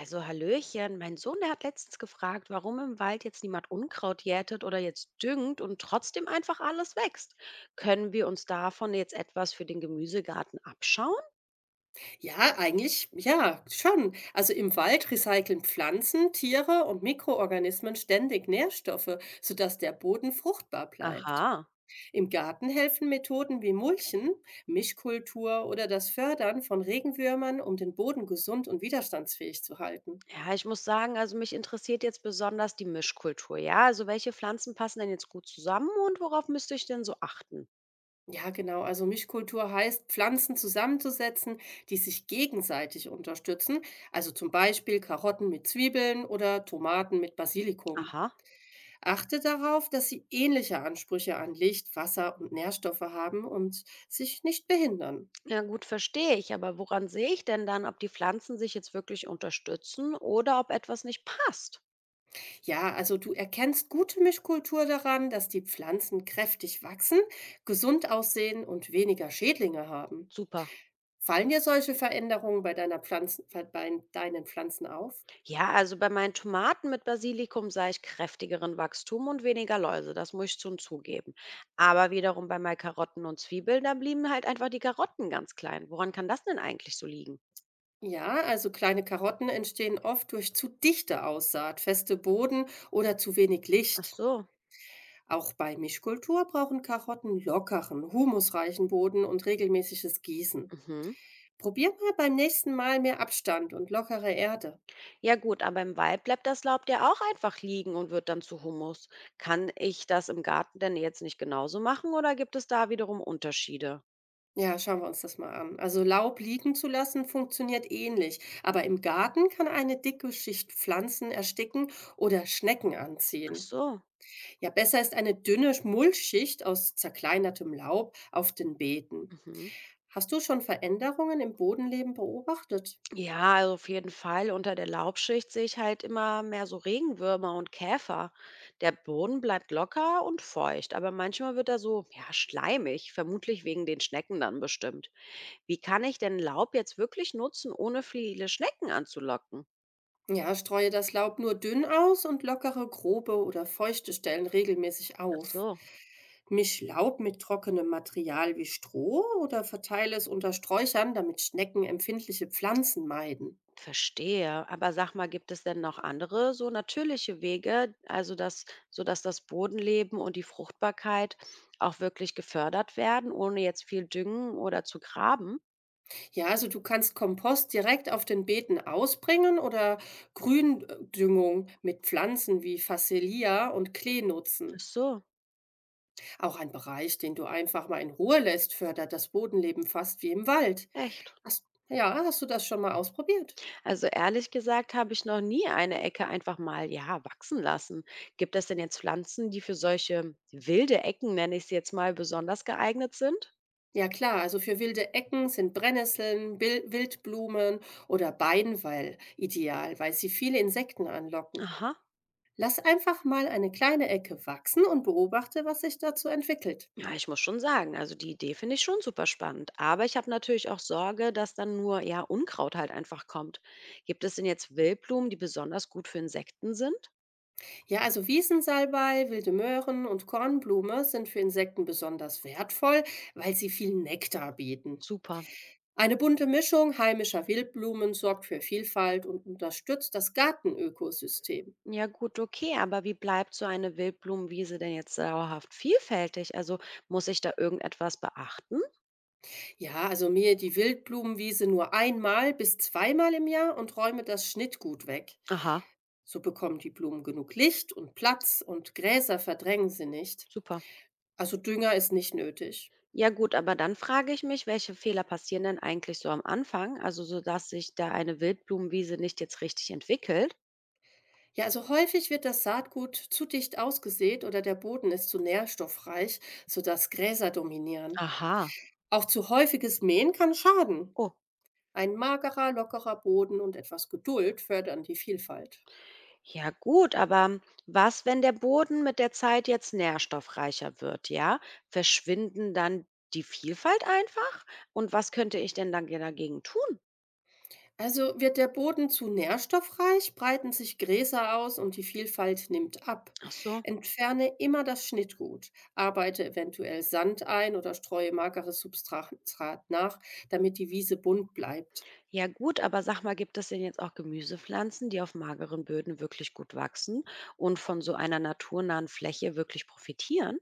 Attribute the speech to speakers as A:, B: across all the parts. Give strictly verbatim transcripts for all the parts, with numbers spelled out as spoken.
A: Also Hallöchen, mein Sohn, der hat letztens gefragt, warum im Wald jetzt niemand Unkraut jätet oder jetzt düngt und trotzdem einfach alles wächst. Können wir uns davon jetzt etwas für den Gemüsegarten abschauen?
B: Ja, eigentlich, ja, schon. Also im Wald recyceln Pflanzen, Tiere und Mikroorganismen ständig Nährstoffe, sodass der Boden fruchtbar bleibt.
A: Aha.
B: Im Garten helfen Methoden wie Mulchen, Mischkultur oder das Fördern von Regenwürmern, um den Boden gesund und widerstandsfähig zu halten.
A: Ja, ich muss sagen, also mich interessiert jetzt besonders die Mischkultur. Ja, also welche Pflanzen passen denn jetzt gut zusammen und worauf müsste ich denn so achten?
B: Ja, genau. Also Mischkultur heißt, Pflanzen zusammenzusetzen, die sich gegenseitig unterstützen. Also zum Beispiel Karotten mit Zwiebeln oder Tomaten mit Basilikum.
A: Aha.
B: Achte darauf, dass sie ähnliche Ansprüche an Licht, Wasser und Nährstoffe haben und sich nicht behindern.
A: Ja, gut, verstehe ich. Aber woran sehe ich denn dann, ob die Pflanzen sich jetzt wirklich unterstützen oder ob etwas nicht passt?
B: Ja, also du erkennst gute Mischkultur daran, dass die Pflanzen kräftig wachsen, gesund aussehen und weniger Schädlinge haben.
A: Super.
B: Fallen dir solche Veränderungen bei, deiner Pflanzen, bei deinen Pflanzen auf?
A: Ja, also bei meinen Tomaten mit Basilikum sah ich kräftigeren Wachstum und weniger Läuse, das muss ich schon zugeben. Aber wiederum bei meinen Karotten und Zwiebeln, da blieben halt einfach die Karotten ganz klein. Woran kann das denn eigentlich so liegen?
B: Ja, also kleine Karotten entstehen oft durch zu dichte Aussaat, feste Boden oder zu wenig
A: Ach
B: Licht.
A: so.
B: Auch bei Mischkultur brauchen Karotten lockeren, humusreichen Boden und regelmäßiges Gießen.
A: Mhm.
B: Probier mal beim nächsten Mal mehr Abstand und lockere Erde.
A: Ja gut, aber im Wald bleibt das Laub ja auch einfach liegen und wird dann zu Humus. Kann ich das im Garten denn jetzt nicht genauso machen oder gibt es da wiederum Unterschiede?
B: Ja, schauen wir uns das mal an. Also Laub liegen zu lassen funktioniert ähnlich, aber im Garten kann eine dicke Schicht Pflanzen ersticken oder Schnecken
A: Ach
B: anziehen.
A: so.
B: Ja, besser ist eine dünne Mulchschicht aus zerkleinertem Laub auf den Beeten.
A: Mhm.
B: Hast du schon Veränderungen im Bodenleben beobachtet?
A: Ja, also auf jeden Fall. Unter der Laubschicht sehe ich halt immer mehr so Regenwürmer und Käfer. Der Boden bleibt locker und feucht, aber manchmal wird er so, ja, schleimig, vermutlich wegen den Schnecken dann bestimmt. Wie kann ich denn Laub jetzt wirklich nutzen, ohne viele Schnecken anzulocken?
B: Ja, streue das Laub nur dünn aus und lockere, grobe oder feuchte Stellen regelmäßig
A: Ach
B: auf.
A: so,
B: Misch Laub mit trockenem Material wie Stroh oder verteile es unter Sträuchern, damit Schnecken empfindliche Pflanzen meiden.
A: verstehe. Aber sag mal, gibt es denn noch andere so natürliche Wege, also dass, sodass das Bodenleben und die Fruchtbarkeit auch wirklich gefördert werden, ohne jetzt viel düngen oder zu graben?
B: Ja, also du kannst Kompost direkt auf den Beeten ausbringen oder Gründüngung mit Pflanzen wie Facelia und Klee
A: Ach
B: nutzen.
A: so.
B: Auch ein Bereich, den du einfach mal in Ruhe lässt, fördert das Bodenleben fast wie im Wald.
A: Echt?
B: Hast, ja, hast du das schon mal ausprobiert?
A: Also ehrlich gesagt habe ich noch nie eine Ecke einfach mal, ja, wachsen lassen. Gibt es denn jetzt Pflanzen, die für solche wilde Ecken, nenne ich sie jetzt mal, besonders geeignet sind?
B: Ja klar, also für wilde Ecken sind Brennnesseln, Bil- Wildblumen oder Beinweil ideal, weil sie viele Insekten anlocken.
A: Aha.
B: Lass einfach mal eine kleine Ecke wachsen und beobachte, was sich dazu entwickelt.
A: Ja, ich muss schon sagen, also die Idee finde ich schon super spannend. Aber ich habe natürlich auch Sorge, dass dann nur, ja, Unkraut halt einfach kommt. Gibt es denn jetzt Wildblumen, die besonders gut für Insekten sind?
B: Ja, also Wiesensalbei, wilde Möhren und Kornblume sind für Insekten besonders wertvoll, weil sie viel Nektar bieten.
A: Super.
B: Eine bunte Mischung heimischer Wildblumen sorgt für Vielfalt und unterstützt das Gartenökosystem.
A: Ja gut, okay, aber wie bleibt so eine Wildblumenwiese denn jetzt dauerhaft vielfältig? Also muss ich da irgendetwas beachten?
B: Ja, also mähe die Wildblumenwiese nur einmal bis zweimal im Jahr und räume das Schnittgut weg.
A: Aha.
B: So bekommen die Blumen genug Licht und Platz und Gräser verdrängen sie nicht.
A: Super.
B: Also Dünger ist nicht nötig.
A: Ja gut, aber dann frage ich mich, welche Fehler passieren denn eigentlich so am Anfang, also so dass sich da eine Wildblumenwiese nicht jetzt richtig entwickelt?
B: Ja, also häufig wird das Saatgut zu dicht ausgesät oder der Boden ist zu nährstoffreich, sodass Gräser dominieren.
A: Aha.
B: Auch zu häufiges Mähen kann schaden.
A: Oh,
B: Ein magerer, lockerer Boden und etwas Geduld fördern die Vielfalt.
A: ja gut, aber was, wenn der Boden mit der Zeit jetzt nährstoffreicher wird, ja? Verschwinden dann die Vielfalt einfach? Und was könnte ich denn dann ge- dagegen tun?
B: Also wird der Boden zu nährstoffreich, breiten sich Gräser aus und die Vielfalt nimmt ab.
A: Ach so.
B: Entferne immer das Schnittgut, arbeite eventuell Sand ein oder streue mageres Substrat nach, damit die Wiese bunt bleibt.
A: Ja gut, aber sag mal, gibt es denn jetzt auch Gemüsepflanzen, die auf mageren Böden wirklich gut wachsen und von so einer naturnahen Fläche wirklich profitieren?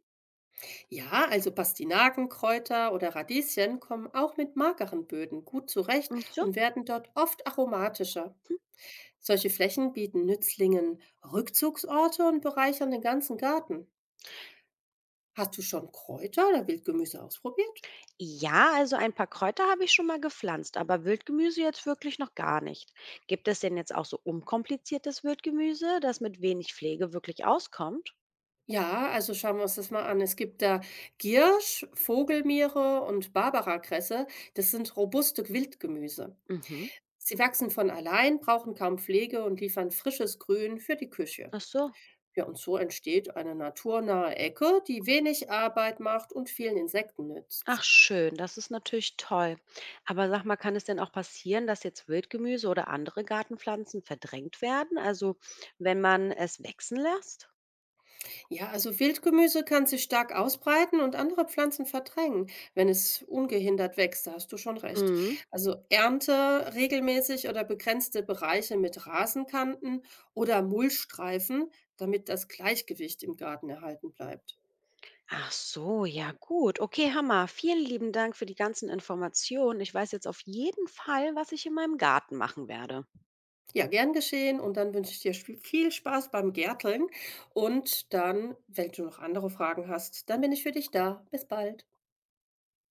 B: Ja, also Pastinaken, Kräuter oder Radieschen kommen auch mit mageren Böden gut zurecht
A: Und so?
B: und werden dort oft aromatischer. Solche Flächen bieten Nützlingen Rückzugsorte und bereichern den ganzen Garten. Hast du schon Kräuter oder Wildgemüse ausprobiert?
A: Ja, also ein paar Kräuter habe ich schon mal gepflanzt, aber Wildgemüse jetzt wirklich noch gar nicht. Gibt es denn jetzt auch so unkompliziertes Wildgemüse, das mit wenig Pflege wirklich auskommt?
B: Ja, also schauen wir uns das mal an. Es gibt da Giersch, Vogelmiere und Barbarakresse. Das sind robuste Wildgemüse.
A: Mhm.
B: Sie wachsen von allein, brauchen kaum Pflege und liefern frisches Grün für die Küche.
A: Ach so.
B: Ja, und so entsteht eine naturnahe Ecke, die wenig Arbeit macht und vielen Insekten
A: Ach
B: nützt.
A: schön, das ist natürlich toll. Aber sag mal, kann es denn auch passieren, dass jetzt Wildgemüse oder andere Gartenpflanzen verdrängt werden? Also wenn man es wachsen lässt?
B: Ja, also Wildgemüse kann sich stark ausbreiten und andere Pflanzen verdrängen, wenn es ungehindert wächst, da hast du schon recht.
A: Mhm.
B: Also Ernte regelmäßig oder begrenzte Bereiche mit Rasenkanten oder Mulchstreifen, damit das Gleichgewicht im Garten erhalten bleibt.
A: Ach so, ja gut. Okay, Hammer. Vielen lieben Dank für die ganzen Informationen. Ich weiß jetzt auf jeden Fall, was ich in meinem Garten machen werde.
B: Ja, gern geschehen und dann wünsche ich dir sp- viel Spaß beim Gärteln und dann, wenn du noch andere Fragen hast, dann bin ich für dich da. Bis bald.